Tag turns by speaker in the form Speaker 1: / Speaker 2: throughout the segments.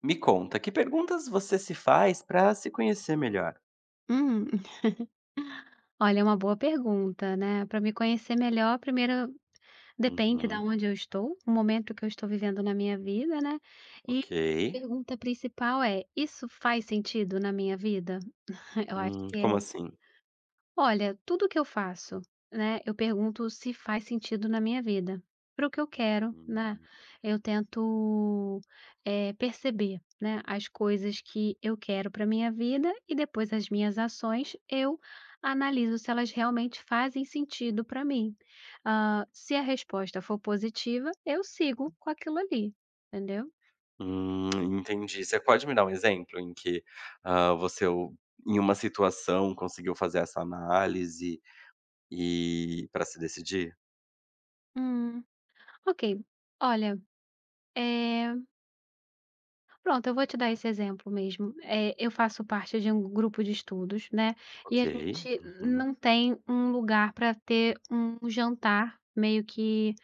Speaker 1: Me conta, que perguntas você se faz para se conhecer melhor?
Speaker 2: Hum, olha, é uma boa pergunta, né. Para me conhecer melhor, primeiro depende da
Speaker 1: Uhum,
Speaker 2: onde eu estou, o momento que eu estou vivendo na minha vida, né. E
Speaker 1: ok.
Speaker 2: a pergunta principal é: "Isso faz sentido na minha vida?" Eu acho
Speaker 1: Hum,
Speaker 2: que
Speaker 1: como
Speaker 2: é.
Speaker 1: assim?
Speaker 2: Olha, tudo que eu faço, né, eu pergunto se faz sentido na minha vida, para o que eu quero, né?
Speaker 1: Hum,
Speaker 2: Eu tento, perceber, né, as coisas que eu quero para minha vida e depois as minhas ações eu analiso se elas realmente fazem sentido para mim. Se a resposta for positiva, eu sigo com aquilo ali, entendeu?
Speaker 1: hum, entendi. Você pode me dar um exemplo em que ah, você, o- em uma situação, conseguiu fazer essa análise e para se decidir?
Speaker 2: Hum. Ok, olha, eh pronto, eu vou te dar esse exemplo mesmo. Eu faço parte de um grupo de estudos, né, e
Speaker 1: Ok.
Speaker 2: a gente
Speaker 1: Uhum,
Speaker 2: não tem um lugar para ter um jantar meio que,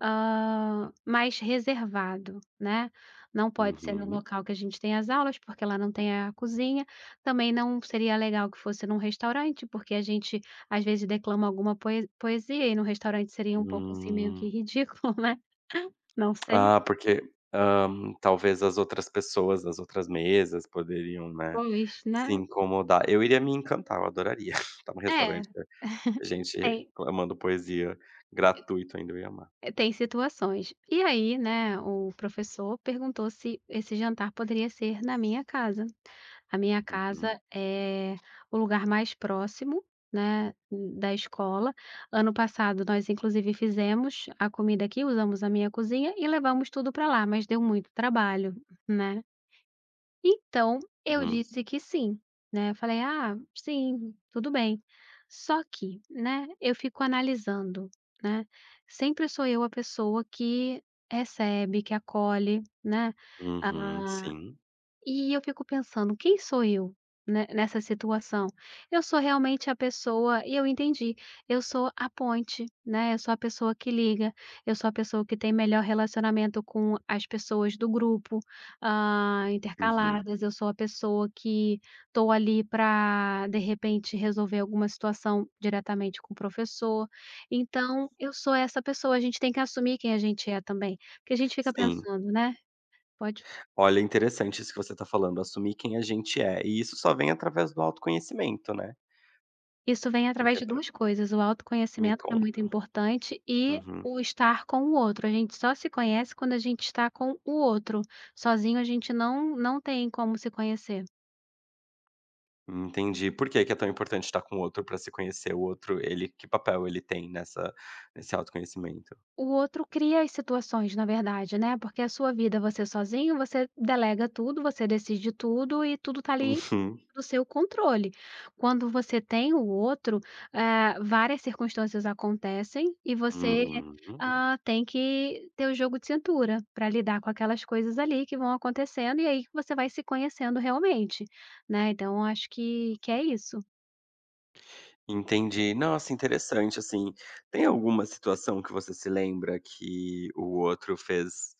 Speaker 2: hã, mais reservado, né. Não pode ser no
Speaker 1: uhum.
Speaker 2: local que a gente tem as aulas, porque lá não tem a cozinha. Também não seria legal que fosse num restaurante, porque a gente, às vezes, declama alguma poesia e no restaurante seria um pouco, assim, meio que
Speaker 1: Hum,
Speaker 2: ridículo, né. Não sei,
Speaker 1: porque talvez as outras pessoas, as outras mesas poderiam, né,
Speaker 2: pois,
Speaker 1: se
Speaker 2: né.
Speaker 1: incomodar. Eu iria me encantar, eu adoraria. estar no
Speaker 2: É,
Speaker 1: restaurante. Gente
Speaker 2: tem.
Speaker 1: reclamando poesia gratuito ainda, eu ia amar.
Speaker 2: Tem situações. E aí, né, o professor perguntou se esse jantar poderia ser na minha casa. A minha
Speaker 1: Uhum,
Speaker 2: casa é o lugar mais próximo, né, da escola. Ano passado nós inclusive fizemos a comida aqui, usamos a minha cozinha e levamos tudo para lá, mas deu muito trabalho, né. Então, eu
Speaker 1: uhum,
Speaker 2: disse que sim, né, eu falei: "Ah, sim, tudo bem". Só que, né, eu fico analisando, né, sempre sou eu a pessoa que recebe, que acolhe, né,
Speaker 1: uhum, sim,
Speaker 2: e eu fico pensando: "Quem sou eu, né, nessa situação?". Eu sou realmente a pessoa e eu entendi, eu sou a ponte, né, eu sou a pessoa que liga, eu sou a pessoa que tem melhor relacionamento com as pessoas do grupo, hã,
Speaker 1: uhum,
Speaker 2: intercaladas, eu sou a pessoa que estou ali para de repente, resolver alguma situação diretamente com o professor. Então eu sou essa pessoa, a gente tem que assumir quem a gente é também, porque a gente fica
Speaker 1: sim.
Speaker 2: pensando, né: "Pode".
Speaker 1: Olha, é interessante isso que você está falando, assumir quem a gente é, e isso só vem através do autoconhecimento, né.
Speaker 2: Isso vem através
Speaker 1: Porque é
Speaker 2: de
Speaker 1: pra
Speaker 2: 2 coisas, o
Speaker 1: Me
Speaker 2: autoconhecimento, que é muito
Speaker 1: conta.
Speaker 2: importante, e
Speaker 1: Uhum,
Speaker 2: o estar com o outro. A gente só se conhece quando a gente está com o outro. Sozinho a gente não tem como se conhecer.
Speaker 1: entendi. Por que que é tão importante estar com o outro pra se conhecer? O outro, ele que papel ele tem nessa nesse autoconhecimento?
Speaker 2: O outro cria as situações, na verdade, né, porque a sua vida, você sozinho, você delega tudo, você decide tudo e tudo tá ali
Speaker 1: Uhum,
Speaker 2: do seu controle. Quando você tem o outro, várias circunstâncias acontecem e você,
Speaker 1: uhum.
Speaker 2: tem que ter o jogo de cintura para lidar com aquelas coisas ali que vão acontecendo e aí que você vai se conhecendo realmente, né, então acho que é isso.
Speaker 1: Entendi. Nossa, interessante, assim. Tem alguma situação que você se lembra que o outro fez,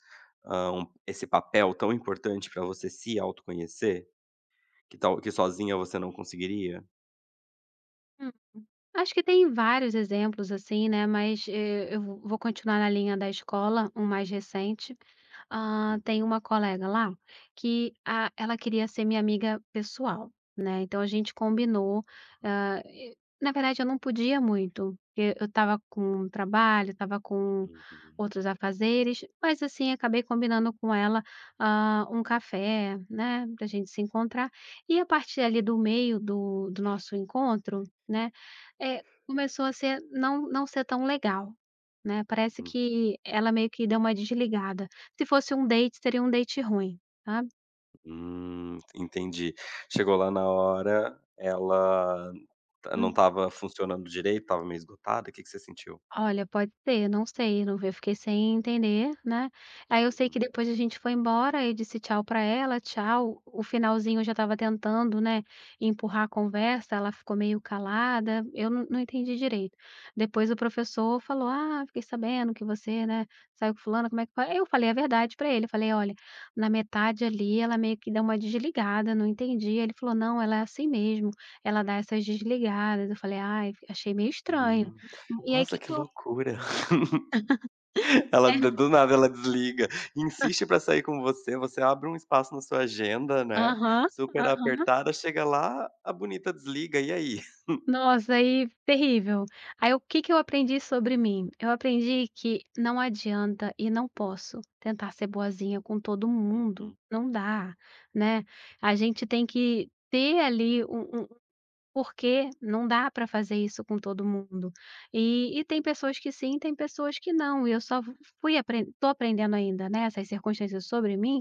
Speaker 1: hã, um esse papel tão importante para você se autoconhecer, que sozinha você não conseguiria?
Speaker 2: Acho que tem vários exemplos, assim, né, mas, eu vou continuar na linha da escola, um mais recente. Ah,
Speaker 1: Hum,
Speaker 2: tem uma colega lá que a ela queria ser minha amiga pessoal, né, então a gente combinou, hã, e na verdade eu não podia muito, porque eu estava com trabalho, estava com
Speaker 1: uhum,
Speaker 2: outros afazeres, mas assim, acabei combinando com ela, hã, um café, né, pra gente se encontrar. E a partir ali do meio do nosso encontro, né, começou a ser não ser tão legal, né, parece
Speaker 1: hum,
Speaker 2: que ela meio que deu uma desligada. Se fosse um date, seria um date ruim, tá.
Speaker 1: entendi. Chegou lá na hora, ela ta não
Speaker 2: Um
Speaker 1: estava funcionando direito, estava meio esgotada. O que que você sentiu?
Speaker 2: Olha, pode ser, não sei, eu fiquei sem entender, né. Aí eu sei que
Speaker 1: Uhum.
Speaker 2: depois a gente foi embora, eu disse tchau pra ela, tchau, o finalzinho eu já estava tentando, né, empurrar a conversa, ela ficou meio calada, eu não entendi direito. Depois o professor falou: "Ah, fiquei sabendo que você, né, saiu com fulana, como é que foi?" Aí eu falei a verdade pra ele, falei: "Olha, na metade ali ela meio que deu uma desligada, não entendi", ele falou: "Não, ela é assim mesmo, ela dá essas desligadas", eu falei: "Ai, achei meio estranho".
Speaker 1: Hum.
Speaker 2: E aí o que
Speaker 1: Nossa,
Speaker 2: que
Speaker 1: que
Speaker 2: eu
Speaker 1: loucura. Ela
Speaker 2: É.
Speaker 1: do nada ela desliga, insiste pra sair com você, você abre um espaço na sua agenda, né,
Speaker 2: Aham,
Speaker 1: super
Speaker 2: aham.
Speaker 1: apertada, chega lá, a bonita desliga, e aí?
Speaker 2: Nossa, aí terrível. Aí o que que eu aprendi sobre mim? Eu aprendi que não adianta e não posso tentar ser boazinha com todo mundo,
Speaker 1: Uhum,
Speaker 2: não dá, né. A gente tem que ter ali um. Porque não dá para fazer isso com todo mundo. E tem pessoas que sim, tem pessoas que não, e eu só fui apren tô aprendendo ainda, né, essas circunstâncias sobre mim,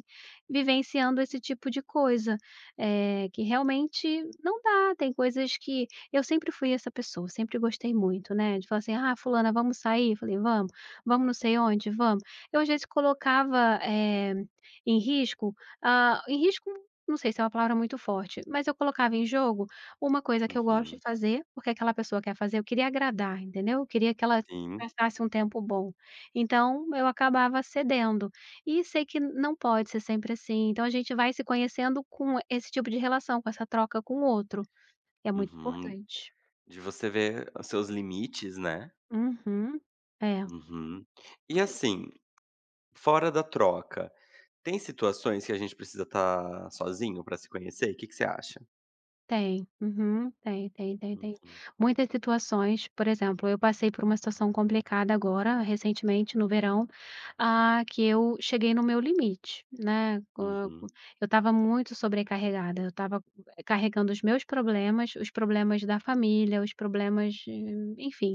Speaker 2: vivenciando esse tipo de coisa, que realmente não dá, tem coisas que eu sempre fui essa pessoa, sempre gostei muito, né, de falar assim: "Ah, fulana, vamos sair?" Eu falei: "Vamos. Vamos não sei onde? Vamos". Eu às vezes colocava, em risco, ah, em risco não sei se é uma palavra muito forte, mas eu colocava em jogo uma coisa que eu gosto de
Speaker 1: uhum,
Speaker 2: fazer, porque aquela pessoa quer fazer, eu queria agradar, entendeu? Eu queria que ela
Speaker 1: sim,
Speaker 2: passasse um tempo bom. Então, eu acabava cedendo. E sei que não pode ser sempre assim, então a gente vai se conhecendo com esse tipo de relação, com essa troca com o outro, é muito
Speaker 1: uhum.
Speaker 2: importante.
Speaker 1: De você ver os seus limites, né.
Speaker 2: Uhum. É.
Speaker 1: Uhum. E assim, fora da troca, tem situações que a gente precisa estar sozinho pra se conhecer? Que você acha?
Speaker 2: Tem, uhum, tem, tem, tem, tem.
Speaker 1: Uhum,
Speaker 2: Muitas situações, por exemplo, eu passei por uma situação complicada agora, recentemente, no verão, que eu cheguei no meu limite, né. Co
Speaker 1: uhum,
Speaker 2: Eu estava muito sobrecarregada, eu estava carregando os meus problemas, os problemas da família, os problemas, enfim.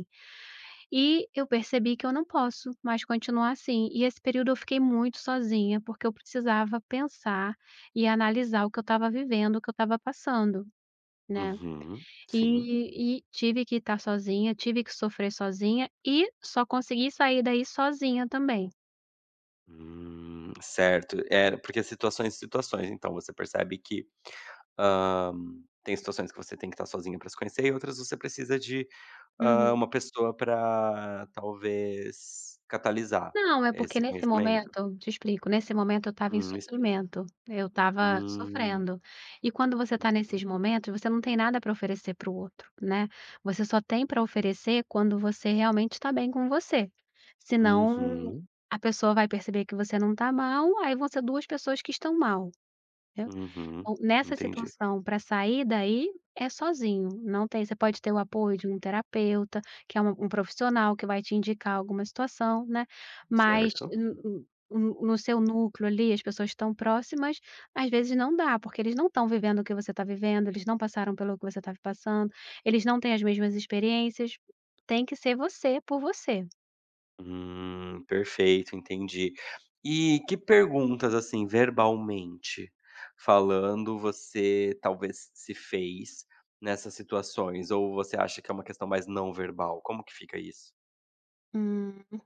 Speaker 2: E eu percebi que eu não posso mais continuar assim. E esse período eu fiquei muito sozinha, porque eu precisava pensar e analisar o que eu estava vivendo, o que eu estava passando, né.
Speaker 1: uhum, sim.
Speaker 2: E tive que estar sozinha, tive que sofrer sozinha e só consegui sair daí sozinha também.
Speaker 1: Certo. É, porque situações e situações, então você percebe que, hã, tem situações que você tem que estar sozinha para se conhecer e outras você precisa de,
Speaker 2: Uhum.
Speaker 1: uma pessoa para talvez catalisar
Speaker 2: Não, é porque
Speaker 1: esse
Speaker 2: nesse
Speaker 1: conhecimento?
Speaker 2: momento te explico, nesse momento eu estava em
Speaker 1: Me explica.
Speaker 2: sofrimento, eu estava
Speaker 1: Hum,
Speaker 2: sofrendo. E quando você está
Speaker 1: uhum,
Speaker 2: nesses momentos, você não tem nada para oferecer para o outro, né. Você só tem para oferecer quando você realmente está bem com você, senão
Speaker 1: uhum,
Speaker 2: a pessoa vai perceber que você não está mal, aí vão ser 2 pessoas que estão mal.
Speaker 1: uhum,
Speaker 2: Então, nessa
Speaker 1: entendi,
Speaker 2: situação, para sair daí, é sozinho, não tem. Você pode ter o apoio de um terapeuta, que é uma um profissional que vai te indicar alguma situação, né, mas
Speaker 1: certo.
Speaker 2: no seu núcleo ali, as pessoas estão próximas, às vezes não dá, porque eles não estão vivendo o que você está vivendo, eles não passaram pelo que você tá passando, eles não têm as mesmas experiências, tem que ser você por você.
Speaker 1: Perfeito, entendi. E que perguntas, assim, verbalmente falando, você talvez se fez nessas situações? Ou você acha que é uma questão mais não verbal? Como que fica isso?
Speaker 2: Hum.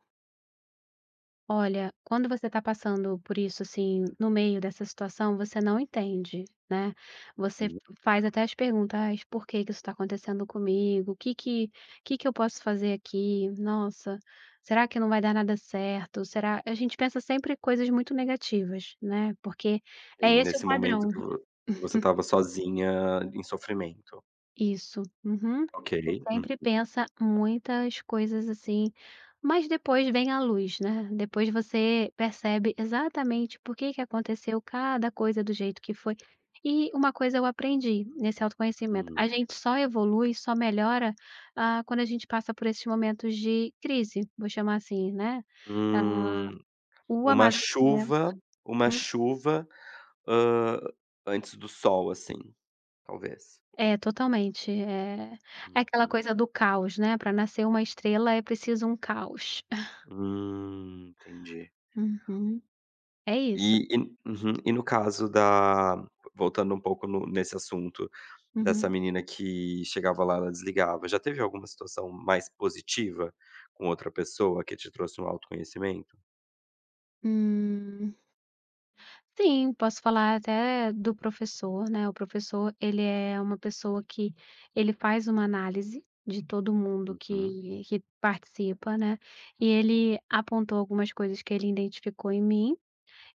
Speaker 2: Olha, quando você está passando por isso, assim, no meio dessa situação, você não entende, né. Você
Speaker 1: Hum.
Speaker 2: faz até as perguntas: "Por que que isso está acontecendo comigo? O que que Que que eu posso fazer aqui? Nossa, será que não vai dar nada certo? Será" a gente pensa sempre coisas muito negativas, né, porque é
Speaker 1: Em
Speaker 2: esse o
Speaker 1: nesse momento
Speaker 2: padrão.
Speaker 1: que vo que você estava sozinha em sofrimento.
Speaker 2: Isso, uhum.
Speaker 1: Ok.
Speaker 2: Tu sempre pensa muitas coisas assim, mas depois vem a luz, né. Depois você percebe exatamente por que que aconteceu cada coisa do jeito que foi. E uma coisa eu aprendi nesse autoconhecimento, a
Speaker 1: Uhum.
Speaker 2: gente só evolui, só melhora, quando a gente passa por esses momentos de crise, vou chamar assim, né. Ah,
Speaker 1: Hum,
Speaker 2: o
Speaker 1: uma
Speaker 2: amadurecimento
Speaker 1: chuva uma
Speaker 2: hum,
Speaker 1: chuva, hã, antes do sol, assim, talvez.
Speaker 2: é, totalmente. É é aquela
Speaker 1: Uhum.
Speaker 2: coisa do caos, né, para nascer uma estrela é preciso um caos.
Speaker 1: Entendi.
Speaker 2: Uhum. É isso.
Speaker 1: E e uhum. E no caso da Voltando um pouco no nesse assunto, dessa
Speaker 2: Uhum.
Speaker 1: menina que chegava lá, ela desligava, já teve alguma situação mais positiva com outra pessoa que te trouxe um autoconhecimento?
Speaker 2: Hum, sim, posso falar até do professor, né, o professor ele é uma pessoa que ele faz uma análise de todo mundo
Speaker 1: Uhum.
Speaker 2: que participa, né, e ele apontou algumas coisas que ele identificou em mim.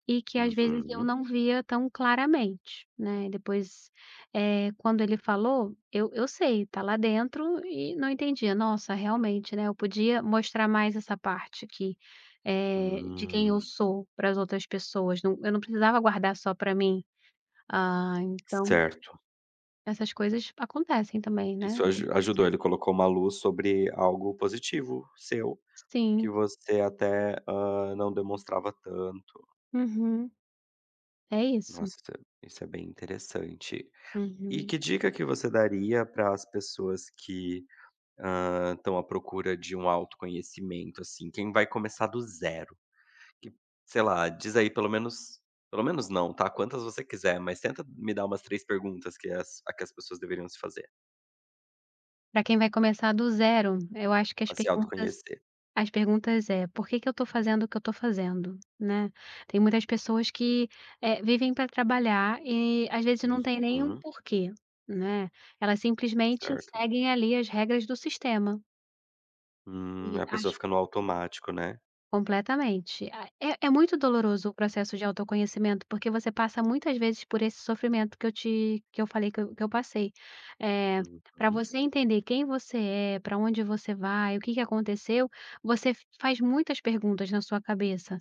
Speaker 2: E que às vezes eu
Speaker 1: Uhum.
Speaker 2: não via tão claramente, né, depois, quando ele falou, eu sei, tá lá dentro e não entendia. Nossa, realmente, né, eu podia mostrar mais essa parte aqui, de quem eu
Speaker 1: Hum.
Speaker 2: sou para as outras pessoas, eu não precisava guardar só para mim. Ah, então
Speaker 1: Certo.
Speaker 2: essas coisas acontecem também, né.
Speaker 1: Isso ajudou, ele colocou uma luz sobre algo positivo seu, que
Speaker 2: Sim,
Speaker 1: você até, não demonstrava tanto.
Speaker 2: uhum, é isso.
Speaker 1: Nossa, isso é bem interessante. E
Speaker 2: Uhum.
Speaker 1: que dica que você daria para as pessoas que estão à procura de um autoconhecimento, assim, quem vai começar do zero, que sei lá, diz aí pelo menos não, tá, quantas você quiser, mas tenta me dar umas 3 perguntas que as a que as pessoas deveriam se fazer,
Speaker 2: Para quem vai começar do zero, eu acho que
Speaker 1: pra se autoconhecer.
Speaker 2: as perguntas é: "Por que que eu estou fazendo o que eu estou fazendo?", né. Tem muitas pessoas que, vivem para trabalhar e às vezes não tem nem um
Speaker 1: Uhum,
Speaker 2: porquê, né. Elas simplesmente
Speaker 1: certo.
Speaker 2: seguem ali as regras do sistema
Speaker 1: Hum,
Speaker 2: e
Speaker 1: a
Speaker 2: ach
Speaker 1: pessoa fica no automático, né.
Speaker 2: completamente. A É é muito doloroso o processo de autoconhecimento, porque você passa muitas vezes por esse sofrimento que eu te que eu falei que eu passei. Para
Speaker 1: Uhum,
Speaker 2: você entender quem você é, para onde você vai, o que que aconteceu, você f faz muitas perguntas na sua cabeça.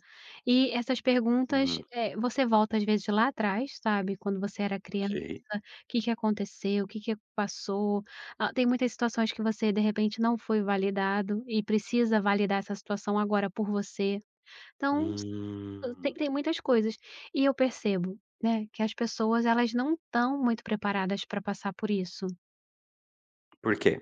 Speaker 2: E essas perguntas,
Speaker 1: hum,
Speaker 2: você volta às vezes lá atrás, sabe, quando você era criança,
Speaker 1: ok.
Speaker 2: o que que aconteceu, o que que passou. Ah, tem muitas situações que você, de repente, não foi validado e precisa validar essa situação agora por você. Então, s ah,
Speaker 1: Hum,
Speaker 2: tem muitas coisas. E eu percebo, né, que as pessoas elas não estão muito preparadas para passar por isso.
Speaker 1: por quê?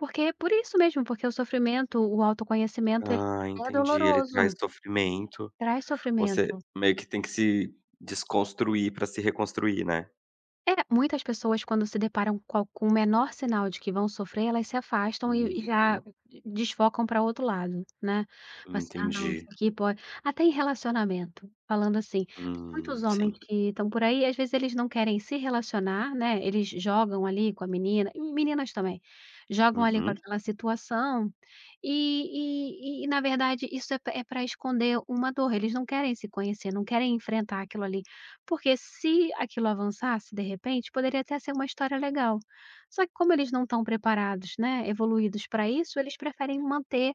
Speaker 2: Porque é por isso mesmo, porque o sofrimento, o autoconhecimento ele
Speaker 1: Ah,
Speaker 2: é
Speaker 1: entendi, ele
Speaker 2: doloroso,
Speaker 1: traz sofrimento,
Speaker 2: traz
Speaker 1: você
Speaker 2: sofrimento.
Speaker 1: meio que tem que se desconstruir pra se reconstruir, né.
Speaker 2: É, muitas pessoas quando se deparam com algum menor sinal de que vão sofrer, elas se afastam
Speaker 1: Uhum.
Speaker 2: e já desfocam para outro lado, né. Assim: "Ah não,
Speaker 1: Entendi.
Speaker 2: isso aqui pode" até em relacionamento, falando assim, tem muitos
Speaker 1: Sim.
Speaker 2: homens que estão por aí, às vezes eles não querem se relacionar, né, eles jogam ali com a menina e meninas também, jogam ali com
Speaker 1: Uhum.
Speaker 2: aquela situação, e na verdade isso é para esconder uma dor, eles não querem se conhecer, não querem enfrentar aquilo ali. Porque se aquilo avançasse, de repente, poderia até ser uma história legal. Só que como eles não estão preparados, né, evoluídos para isso, eles preferem manter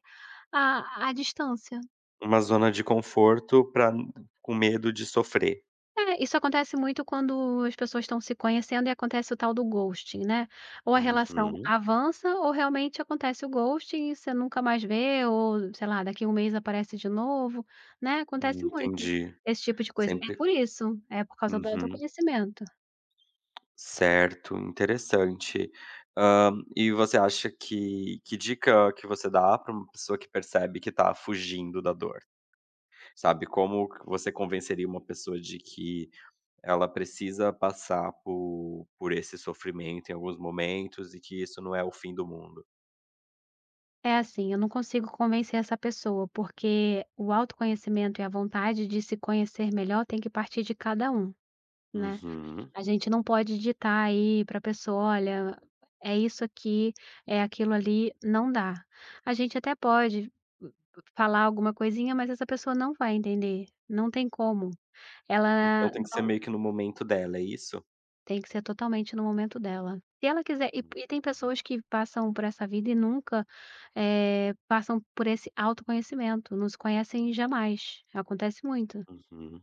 Speaker 2: a distância.
Speaker 1: Uma zona de conforto pra com medo de sofrer.
Speaker 2: É, isso acontece muito quando as pessoas estão se conhecendo e acontece o tal do ghosting, né. Ou a relação
Speaker 1: Uhum.
Speaker 2: avança ou realmente acontece o ghosting e você nunca mais vê ou, sei lá, daqui a um mês aparece de novo, né, acontece muito
Speaker 1: Entendi.
Speaker 2: esse tipo de coisa. É
Speaker 1: Sempre
Speaker 2: por isso, é por causa do
Speaker 1: Uhum.
Speaker 2: autoconhecimento.
Speaker 1: Certo, interessante. Hã, e você acha que dica que você dá para uma pessoa que percebe que está fugindo da dor? Sabe, como que você convenceria uma pessoa de que ela precisa passar por esse sofrimento em alguns momentos e que isso não é o fim do mundo?
Speaker 2: É assim, eu não consigo convencer essa pessoa, porque o autoconhecimento e a vontade de se conhecer melhor tem que partir de cada um, né.
Speaker 1: Uhum.
Speaker 2: A gente não pode ditar aí para a pessoa: "Olha, é isso aqui, é aquilo ali", não dá. A gente até pode uh, falar alguma coisinha, mas essa pessoa não vai entender, não tem como. Ela
Speaker 1: Então tem que ser
Speaker 2: não
Speaker 1: meio que no momento dela, é isso?
Speaker 2: Tem que ser totalmente no momento dela. Se ela quiser. E tem pessoas que passam por essa vida e nunca, passam por esse autoconhecimento, não se conhecem jamais, acontece muito.
Speaker 1: Uhum.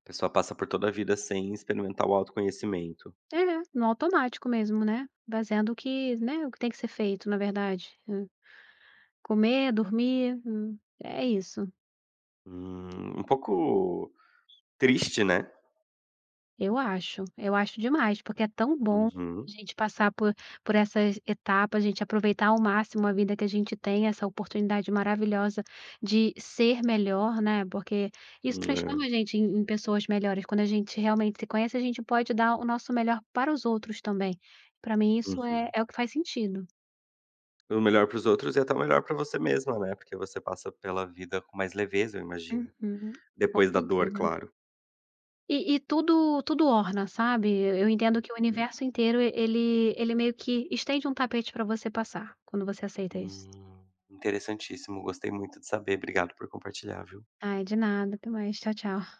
Speaker 1: A pessoa passa por toda a vida sem experimentar o autoconhecimento.
Speaker 2: É, no automático mesmo, né, fazendo o que, né, o que tem que ser feito na verdade. Hã, comer, dormir, é isso.
Speaker 1: Um pouco triste, né?
Speaker 2: Eu acho demais, porque é tão bom
Speaker 1: Uhum.
Speaker 2: a gente passar por essas etapas, a gente aproveitar ao máximo a vida que a gente tem, essa oportunidade maravilhosa de ser melhor, né, porque isso transforma
Speaker 1: É.
Speaker 2: a gente em pessoas melhores. Quando a gente realmente se conhece, a gente pode dar o nosso melhor para os outros também. Para mim isso é
Speaker 1: Uhum.
Speaker 2: é o que faz sentido.
Speaker 1: O melhor para os outros e até o melhor para você mesma, né, porque você passa pela vida com mais leveza, eu imagino.
Speaker 2: Uhum, com
Speaker 1: Depois da dor,
Speaker 2: certeza.
Speaker 1: claro.
Speaker 2: E tudo. Tudo orna, sabe. Eu entendo que o
Speaker 1: Uhum.
Speaker 2: universo inteiro ele ele meio que estende um tapete pra você passar, quando você aceita isso.
Speaker 1: Interessantíssimo, gostei muito de saber. Obrigado por compartilhar, viu.
Speaker 2: Ai, de nada. Até mais. Tchau, tchau.